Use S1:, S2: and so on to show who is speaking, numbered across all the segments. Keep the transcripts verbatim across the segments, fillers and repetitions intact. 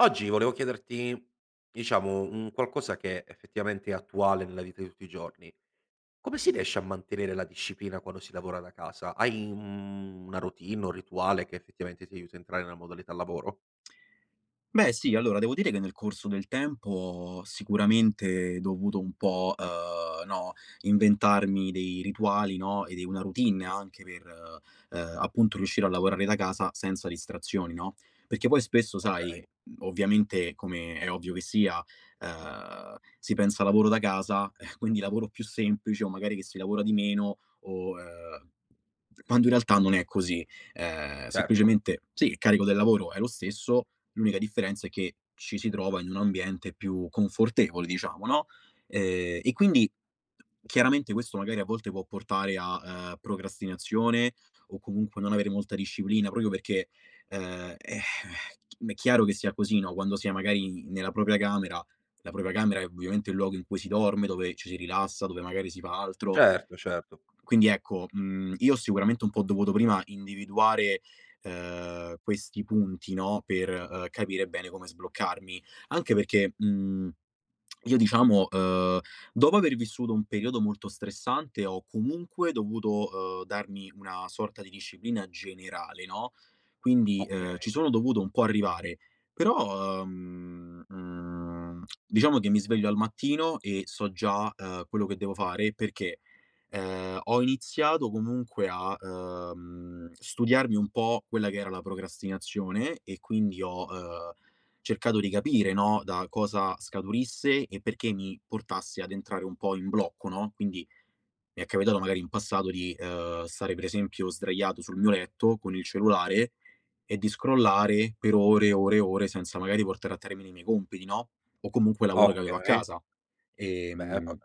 S1: Oggi volevo chiederti, diciamo, un qualcosa che effettivamente è attuale nella vita di tutti i giorni. Come si riesce a mantenere la disciplina quando si lavora da casa? Hai un una routine, un rituale che effettivamente ti aiuta a entrare nella modalità lavoro?
S2: Beh sì, allora devo dire che nel corso del tempo ho sicuramente dovuto un po', uhm, no, inventarmi dei rituali, no, e di una routine anche per, ehm, appunto riuscire a lavorare da casa senza distrazioni, no, perché poi spesso sai,
S1: Okay,
S2: mhmm, ovviamente come è ovvio che sia, ehm, si pensa al lavoro da casa, quindi lavoro più semplice o magari che si lavora di meno o, ehm quando in realtà non è così. Ehm,
S1: certo,
S2: semplicemente sì, il carico del lavoro è lo stesso, l'unica differenza è che ci si trova in un ambiente più confortevole, diciamo, no, ehm, e quindi chiaramente questo magari a volte può portare a, ehm, procrastinazione o comunque non avere molta disciplina proprio perché, ehm, eh, è chiaro che sia così, no, quando si è magari nella propria camera, la propria camera è ovviamente il luogo in cui si dorme, dove ci si rilassa, dove magari si fa altro.
S1: certo, certo.
S2: Quindi ecco, mhmm, io sicuramente un po' ho dovuto prima individuare, ehm, questi punti, no, per, ehm, capire bene come sbloccarmi. Anche perché, mhmm, io diciamo, ehm, dopo aver vissuto un periodo molto stressante ho comunque dovuto, ehm, darmi una sorta di disciplina generale, no, quindi, ehm,
S1: Okay,
S2: ci sono dovuto un po' arrivare. Però, ehm, mhmm, diciamo che mi sveglio al mattino e so già, ehm, quello che devo fare perché. Ehm, ho iniziato comunque a, uhm, studiarmi un po' quella che era la procrastinazione e quindi ho, uhm, cercato di capire, no, da cosa scaturisse e perché mi portasse ad entrare un po' in blocco, no, quindi mi è capitato magari in passato di, uhm, stare per esempio sdraiato sul mio letto con il cellulare e di scrollare per ore e ore e ore senza magari portare a termine i miei compiti, no, o comunque il lavoro che avevo a
S1: okay.
S2: casa.
S1: Beh, vabbè.
S2: Ehm,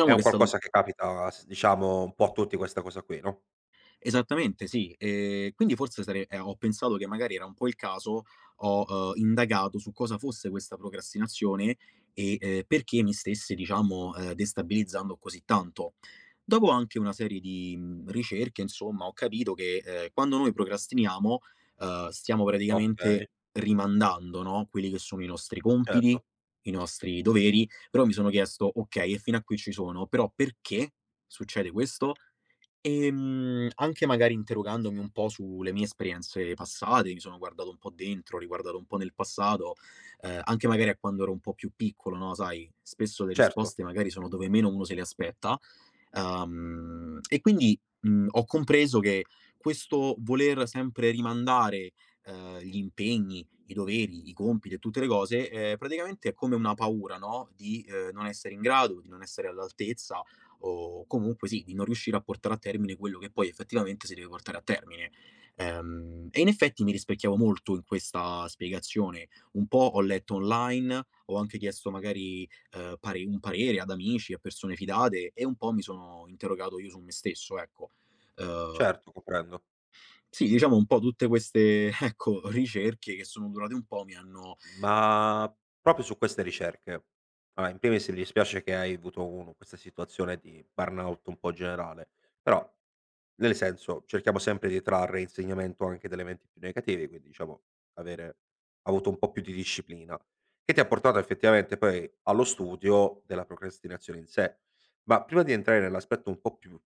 S1: È un
S2: che è stato.
S1: qualcosa che capita s diciamo un po' a tutti questa cosa qui, no?
S2: Esattamente, sì. Ehm, quindi forse sare ehm, ho pensato che magari era un po' il caso, ho, uhm, indagato su cosa fosse questa procrastinazione e, ehm, perché mi stesse diciamo, ehm, destabilizzando così tanto. Dopo anche una serie di, mhmm, ricerche insomma, ho capito che, ehm, quando noi procrastiniamo, uhm, stiamo praticamente
S1: Okay,
S2: rimandando, no, quelli che sono i nostri compiti,
S1: certo,
S2: i nostri doveri, però mi sono chiesto: "Okay, e fino a qui ci sono, però perché succede questo?" Ehm, anche magari interrogandomi un po' sulle mie esperienze passate, mi sono guardato un po' dentro, ho riguardato un po' nel passato, ehm, anche magari a quando ero un po' più piccolo, no, sai, spesso le
S1: certo,
S2: risposte magari sono dove meno uno se le aspetta. Uhm, e quindi, mhmm, ho compreso che questo voler sempre rimandare, ehm, gli impegni, i doveri, i compiti e tutte le cose, ehm, praticamente è come una paura, no, di, ehm, non essere in grado, di non essere all'altezza o comunque sì, di non riuscire a portare a termine quello che poi effettivamente si deve portare a termine. Ehm, e in effetti mi rispecchiavo molto in questa spiegazione. Un po' ho letto online, ho anche chiesto magari ehm, pare un parere ad amici, a persone fidate e un po' mi sono interrogato io su me stesso, ecco.
S1: certo, comprendo.
S2: Sì, diciamo un po' tutte queste, ecco, ricerche che sono durate un po' mi hanno.
S1: Ma proprio su queste ricerche, allora in primis mi dispiace che hai avuto uno questa situazione di burnout un po' generale, però nel senso cerchiamo sempre di trarre insegnamento anche da eventi più negativi, quindi diciamo avere avuto un po' più di disciplina, che ti ha portato effettivamente poi allo studio della procrastinazione in sé. Ma prima di entrare nell'aspetto un po' più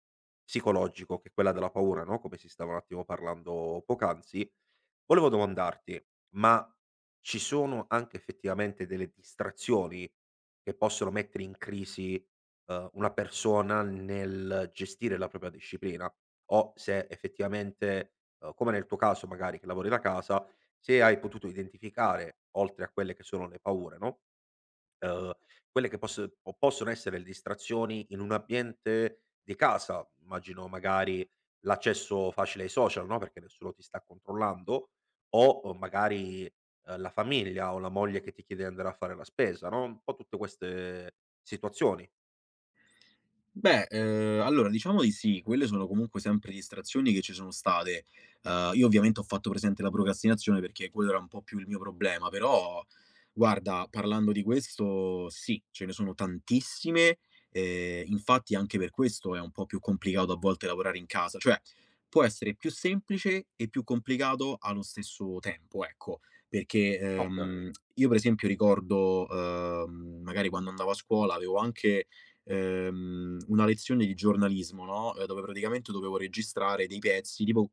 S1: psicologico, che è quella della paura, no, come si stava un attimo parlando poc'anzi, volevo domandarti: ma ci sono anche effettivamente delle distrazioni che possono mettere in crisi, uhm, una persona nel gestire la propria disciplina o se effettivamente, uhm, come nel tuo caso magari che lavori da casa, se hai potuto identificare, oltre a quelle che sono le paure, no, Uhm, quelle che poss po possono essere le distrazioni in un ambiente di casa, immagino magari l'accesso facile ai social, no, perché nessuno ti sta controllando, o o magari, uhm, la famiglia o la moglie che ti chiede di andare a fare la spesa, no, un po' tutte queste situazioni.
S2: Beh, ehm, allora diciamo di sì, quelle sono comunque sempre distrazioni che ci sono state. Ehm, io ovviamente ho fatto presente la procrastinazione perché quello era un po' più il mio problema, però guarda, parlando di questo sì, ce ne sono tantissime, ehm, infatti anche per questo è un po' più complicato a volte lavorare in casa, cioè può essere più semplice e più complicato allo stesso tempo, ecco. Perché,
S1: Okay,
S2: ehm, io per esempio ricordo, ehm, magari quando andavo a scuola avevo anche ehm, una lezione di giornalismo, no, ehm, dove praticamente dovevo registrare dei pezzi, tipo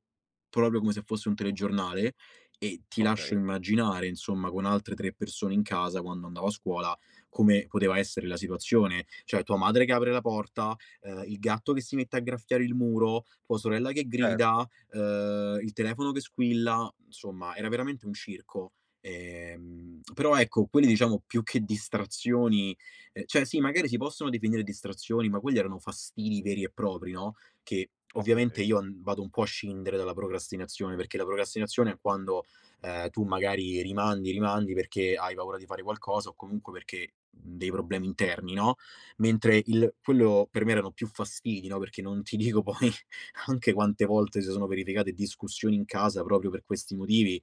S2: proprio come se fosse un telegiornale e ti lascio
S1: okay,
S2: immaginare, insomma, con altre tre persone in casa quando andavo a scuola, come poteva essere la situazione. Cioè tua madre che apre la porta, ehm, il gatto che si mette a graffiare il muro, tua sorella che
S1: certo,
S2: grida, ehm, il telefono che squilla, insomma era veramente un circo. Ehm, però ecco, quelle diciamo più che distrazioni. Ehm, cioè sì, magari si possono definire distrazioni, ma quelli erano fastidi veri e propri, no, che ovviamente
S1: okay.
S2: io n vado un po' a scindere dalla procrastinazione, perché la procrastinazione è
S1: Mh.
S2: quando, ehm, tu magari rimandi, rimandi perché hai paura di fare qualcosa o comunque perché mhmm, dei problemi interni, no, mentre il quello per me erano più fastidi, no, perché non ti dico poi anche quante volte si sono verificate discussioni in casa proprio per questi motivi.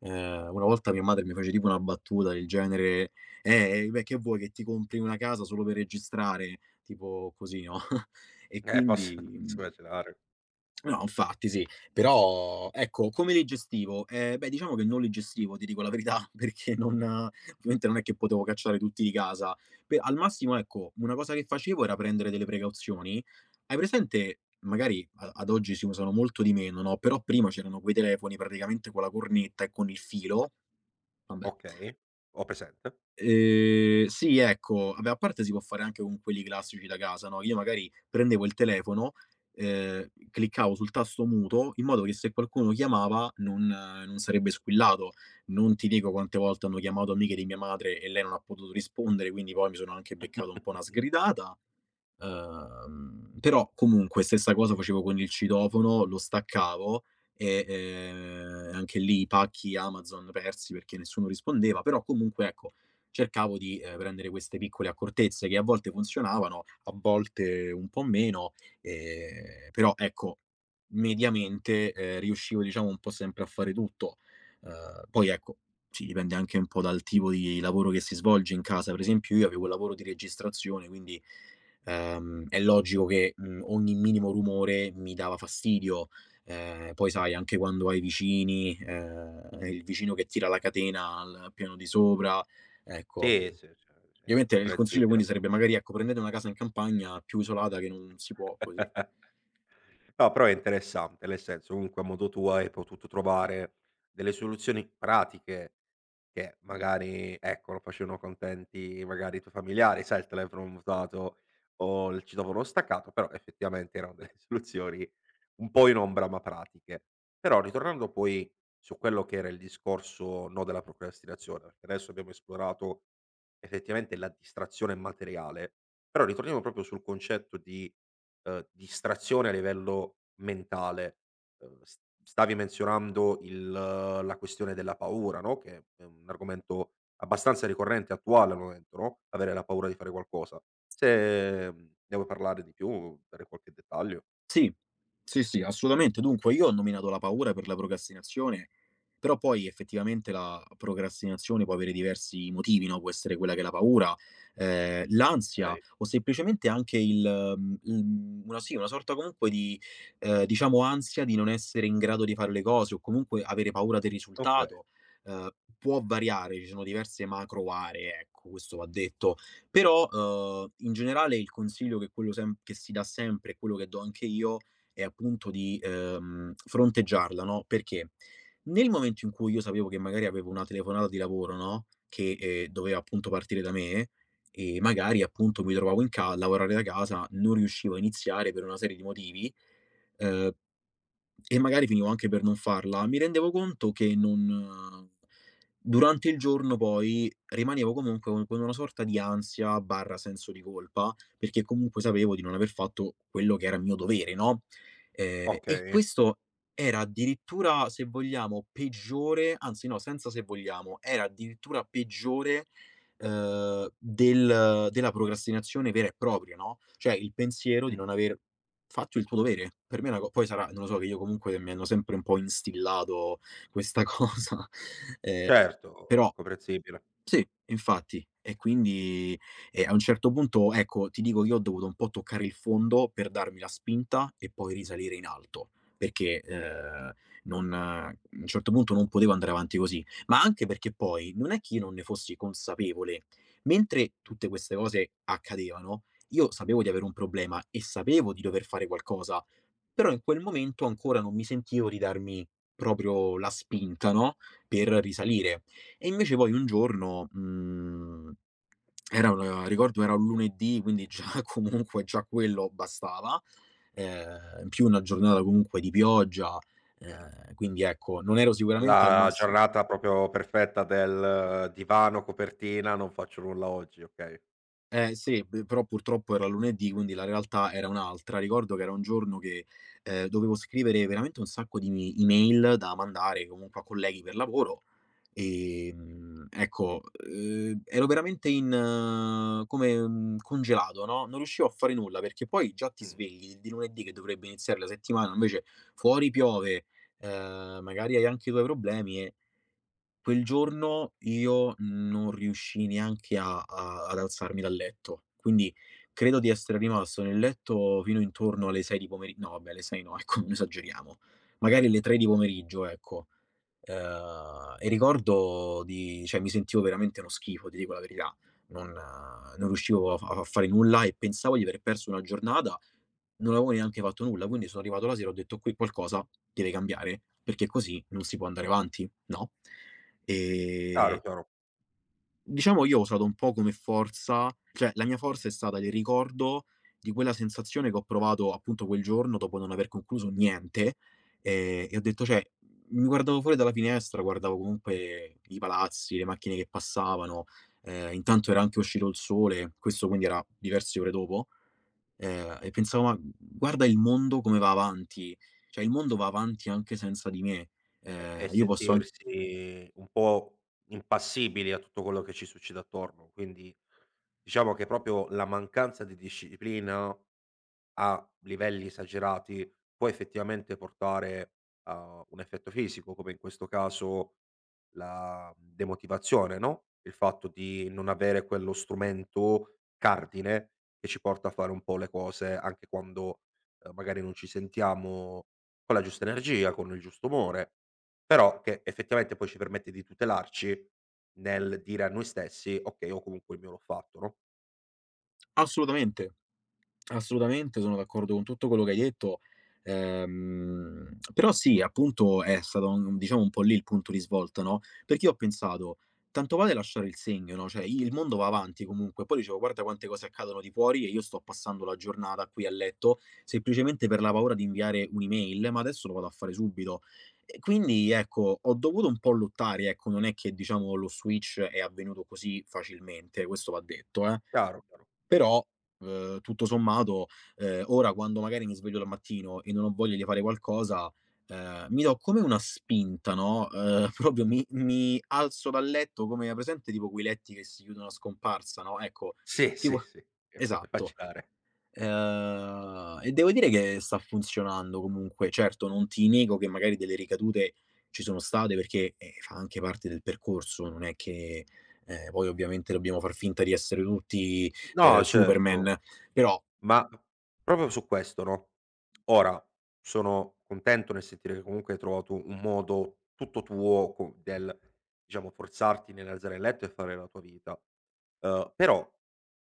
S2: Ehm, una volta mia madre mi fece tipo una battuta del genere eh, eh, beh, che vuoi che ti compri una casa solo per registrare, tipo così, no, e
S1: Eh, posso
S2: quindi mhmm,
S1: posso immaginare.
S2: no, infatti sì. Però ecco, come li gestivo? Ehm, beh, diciamo che non li gestivo, ti dico la verità, perché non eh, ovviamente non è che potevo cacciare tutti di casa. Pe al massimo, ecco, una cosa che facevo era prendere delle precauzioni. Hai presente magari a ad oggi si usano molto di meno, no, però prima c'erano quei telefoni praticamente con la cornetta e con il filo, vabbè.
S1: Okay, ho presente.
S2: Ehm, sì, ecco. Vabbè, a parte si può fare anche con quelli classici da casa, no, io magari prendevo il telefono, ehm, cliccavo sul tasto muto, in modo che se qualcuno chiamava non non sarebbe squillato. Non ti dico quante volte hanno chiamato amiche di mia madre e lei non ha potuto rispondere, quindi poi mi sono anche beccato un po' una sgridata. Uhm, però comunque stessa cosa facevo con il citofono, lo staccavo e, ehm, anche lì i pacchi Amazon persi perché nessuno rispondeva, però comunque ecco, cercavo di, ehm, prendere queste piccole accortezze che a volte funzionavano, a volte un po' meno, ehm, però ecco, mediamente, ehm, riuscivo diciamo un po' sempre a fare tutto. Uhm, poi ecco, sì, dipende anche un po' dal tipo di lavoro che si svolge in casa. Per esempio io avevo il lavoro di registrazione, quindi. Ehm, è logico che, mhmm, ogni minimo rumore mi dava fastidio. Ehm, poi sai anche quando hai vicini, ehm, il vicino che tira la catena al piano di sopra, ecco.
S1: Sì, sì, sì, è
S2: Ovviamente il consiglio
S1: comprensibile.
S2: quindi sarebbe magari, ecco, prendete una casa in campagna più isolata che non si può così.
S1: No, però è interessante, nel senso comunque a modo tuo hai potuto trovare delle soluzioni pratiche che magari, ecco, non facevano contenti magari i tuoi familiari, sai il telefono mutato o il citofono staccato, però effettivamente erano delle soluzioni un po' in ombra ma pratiche. Però ritornando poi su quello che era il discorso no della procrastinazione, perché adesso abbiamo esplorato effettivamente la distrazione materiale, però ritorniamo proprio sul concetto di uhm, distrazione a livello mentale. Uhm, s stavi menzionando il eh, la questione della paura, no, che è un argomento abbastanza ricorrente e attuale al momento, no, avere la paura di fare qualcosa. Se, mhmm, ne vuoi parlare di più, dare qualche dettaglio?
S2: Sì, sì, sì, assolutamente. Dunque, io ho nominato la paura per la procrastinazione, però poi effettivamente la procrastinazione può avere diversi motivi, no? Può essere quella che è la paura, ehm, l'ansia
S1: Okay,
S2: o semplicemente anche il mhmm, il una sì, una sorta comunque di, ehm, diciamo ansia di non essere in grado di fare le cose o comunque avere paura del
S1: okay,
S2: risultato. Ehm, Può variare, ci sono diverse macro aree, ecco, questo va detto. Però, uhm, in generale il consiglio che quello sem che si dà sempre, quello che do anche io, è appunto di, ehm, fronteggiarla, no, perché nel momento in cui io sapevo che magari avevo una telefonata di lavoro, no, che, ehm, doveva appunto partire da me e magari appunto mi trovavo in ca a lavorare da casa, non riuscivo a iniziare per una serie di motivi, uhm e magari finivo anche per non farla. Mi rendevo conto che non. Durante il giorno poi rimanevo comunque con con una sorta di ansia barra senso di colpa, perché comunque sapevo di non aver fatto quello che era mio dovere, no, ehm, e
S1: okay.
S2: questo era addirittura, se vogliamo, peggiore anzi no, senza se vogliamo, era addirittura peggiore, ehm, del della procrastinazione vera e propria, no, cioè il pensiero di non
S1: Mh,
S2: aver. Faccio il tuo dovere. Per me è una co poi sarà non lo so, che io comunque mi hanno sempre un po' instillato questa cosa, ehm,
S1: certo,
S2: però
S1: comprensibile.
S2: sì, infatti. E quindi, ehm, a un certo punto, ecco, ti dico io ho dovuto un po' toccare il fondo per darmi la spinta e poi risalire in alto, perché, ehm, non eh, a un certo punto non potevo andare avanti così. Ma anche perché poi non è che io non ne fossi consapevole. Mentre tutte queste cose accadevano, io sapevo di avere un problema e sapevo di dover fare qualcosa. Però in quel momento ancora non mi sentivo di darmi proprio la spinta, no, per risalire. E invece poi un giorno, mhmm, era un ricordo era un lunedì, quindi già comunque già quello bastava, ehm, in più una giornata comunque di pioggia, ehm, quindi ecco, non ero sicuramente al
S1: La
S2: massimo.
S1: giornata proprio perfetta del eh, divano, copertina, non faccio nulla oggi, okay.
S2: Eh sì, p però purtroppo era lunedì, quindi la realtà era un'altra. Ricordo che era un giorno che, ehm, dovevo scrivere veramente un sacco di email da mandare comunque a colleghi per lavoro. Ehm, ecco, uhm, ero veramente in eh, come, mhmm, congelato, no, non riuscivo a fare nulla, perché poi già ti
S1: Mh,
S2: svegli di lunedì che dovrebbe iniziare la settimana, invece fuori piove, ehm, magari hai anche i tuoi problemi e quel giorno io non riuscii neanche a a ad alzarmi dal letto. Quindi credo di essere rimasto nel letto fino intorno alle sei di pomeri, no vabbè alle sei no, ecco non esageriamo, magari alle tre di pomeriggio, ecco. Ehm, e ricordo di cioè mi sentivo veramente uno schifo, ti dico la verità. Non eh, non riuscivo a fa a fare nulla e pensavo di aver perso una giornata, non avevo neanche fatto nulla, quindi sono arrivato la sera e ho detto: "Qui qualcosa deve cambiare, perché così non si può andare avanti." No? Ehm
S1: chiaro, chiaro.
S2: Diciamo io ho usato un po' come forza cioè la mia forza è stata il ricordo di quella sensazione che ho provato appunto quel giorno dopo non aver concluso niente, ehm, e ho detto cioè, mi guardavo fuori dalla finestra, guardavo comunque i palazzi, le macchine che passavano, ehm, intanto era anche uscito il sole, questo quindi era diverse ore dopo, ehm, e pensavo: "Ma guarda il mondo come va avanti, cioè il mondo va avanti anche senza di me,
S1: E
S2: ehm,
S1: e
S2: io posso an".
S1: sentirsi un po' impassibili a tutto quello che ci succede attorno. Quindi diciamo che proprio la mancanza di disciplina a livelli esagerati può effettivamente portare a un effetto fisico, come in questo caso la demotivazione, no, il fatto di non avere quello strumento cardine che ci porta a fare un po' le cose anche quando, ehm, magari non ci sentiamo con la giusta energia, con il giusto umore, però che effettivamente poi ci permette di tutelarci nel dire a noi stessi: "Okay, io comunque il mio l'ho fatto", no?
S2: Assolutamente. Assolutamente, sono d'accordo con tutto quello che hai detto. Ehm, però sì, appunto è stato un diciamo un po' lì il punto di svolta, no, perché io ho pensato: "Tanto vale lasciare il segno", no, cioè il mondo va avanti comunque. Poi dicevo: "Guarda quante cose accadono di fuori e io sto passando la giornata qui a letto, semplicemente per la paura di inviare un'email, ma adesso lo vado a fare subito". E quindi ecco, ho dovuto un po' lottare, ecco, non è che diciamo lo switch è avvenuto così facilmente, questo va detto, eh.
S1: Chiaro, chiaro.
S2: Però, uhm, tutto sommato, ehm, ora quando magari mi sveglio dal mattino e non ho voglia di fare qualcosa, ehm, mi do come una spinta, no, ehm, proprio mi mi alzo dal letto come hai presente tipo quei letti che si chiudono a scomparsa, no, ecco,
S1: Sì, sì,
S2: tipo
S1: sì, ti posso
S2: esatto.
S1: immaginare.
S2: Ehm, e devo dire che sta funzionando comunque. Certo, non ti nego che magari delle ricadute ci sono state perché, ehm, fa anche parte del percorso, non è che, ehm, poi ovviamente dobbiamo far finta di essere tutti, ehm,
S1: No, certo.
S2: Superman. Però,
S1: Ma proprio su questo, no, ora sono contento nel sentire che comunque hai trovato un modo tutto tuo co del, diciamo, forzarti nell'alzare il letto e fare la tua vita. Uhm, però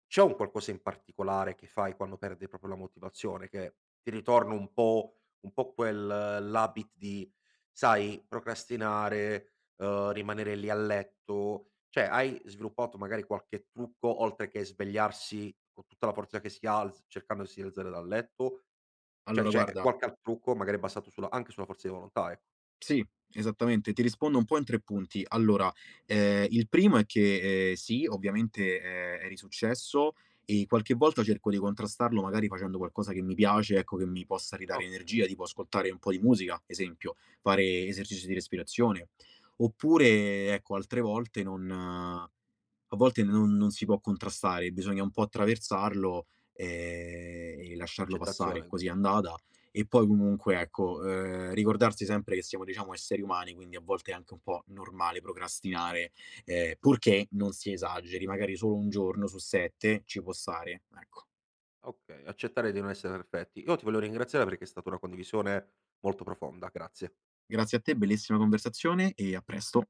S1: c'è un qualcosa in particolare che fai quando perdi proprio la motivazione, che ti ritorna un po' un po' quel eh, l'habit di, sai, procrastinare, uhm, rimanere lì a letto, cioè, hai sviluppato magari qualche trucco, oltre che svegliarsi con tutta la forza che si ha, alz cercando di si alzare dal letto? Cioè,
S2: allora
S1: c'è
S2: guarda.
S1: qualche al trucco magari basato sulla anche sulla forza di volontà, ecco.
S2: Sì, esattamente. Ti rispondo un po' in tre punti. Allora, ehm, il primo è che, ehm, sì, ovviamente, ehm, è risuccesso e qualche volta cerco di contrastarlo magari facendo qualcosa che mi piace, ecco, che mi possa ridare
S1: Okay.
S2: energia, tipo ascoltare un po' di musica, esempio, fare esercizi di respirazione. Oppure, ecco, altre volte non eh, a volte non non si può contrastare, bisogna un po' attraversarlo, ehm, e lasciarlo passare.
S1: Accettazione
S2: Così è
S1: quindi.
S2: andata. E poi comunque, ecco, ehm, ricordarsi sempre che siamo, diciamo, esseri umani, quindi a volte è anche un po' normale procrastinare, ehm, purché non si esageri, magari solo un giorno su sette ci può stare, ecco.
S1: Okay, accettare di non essere perfetti. Io ti voglio ringraziare perché è stata una condivisione molto profonda, grazie.
S2: Grazie a te, bellissima conversazione e a presto.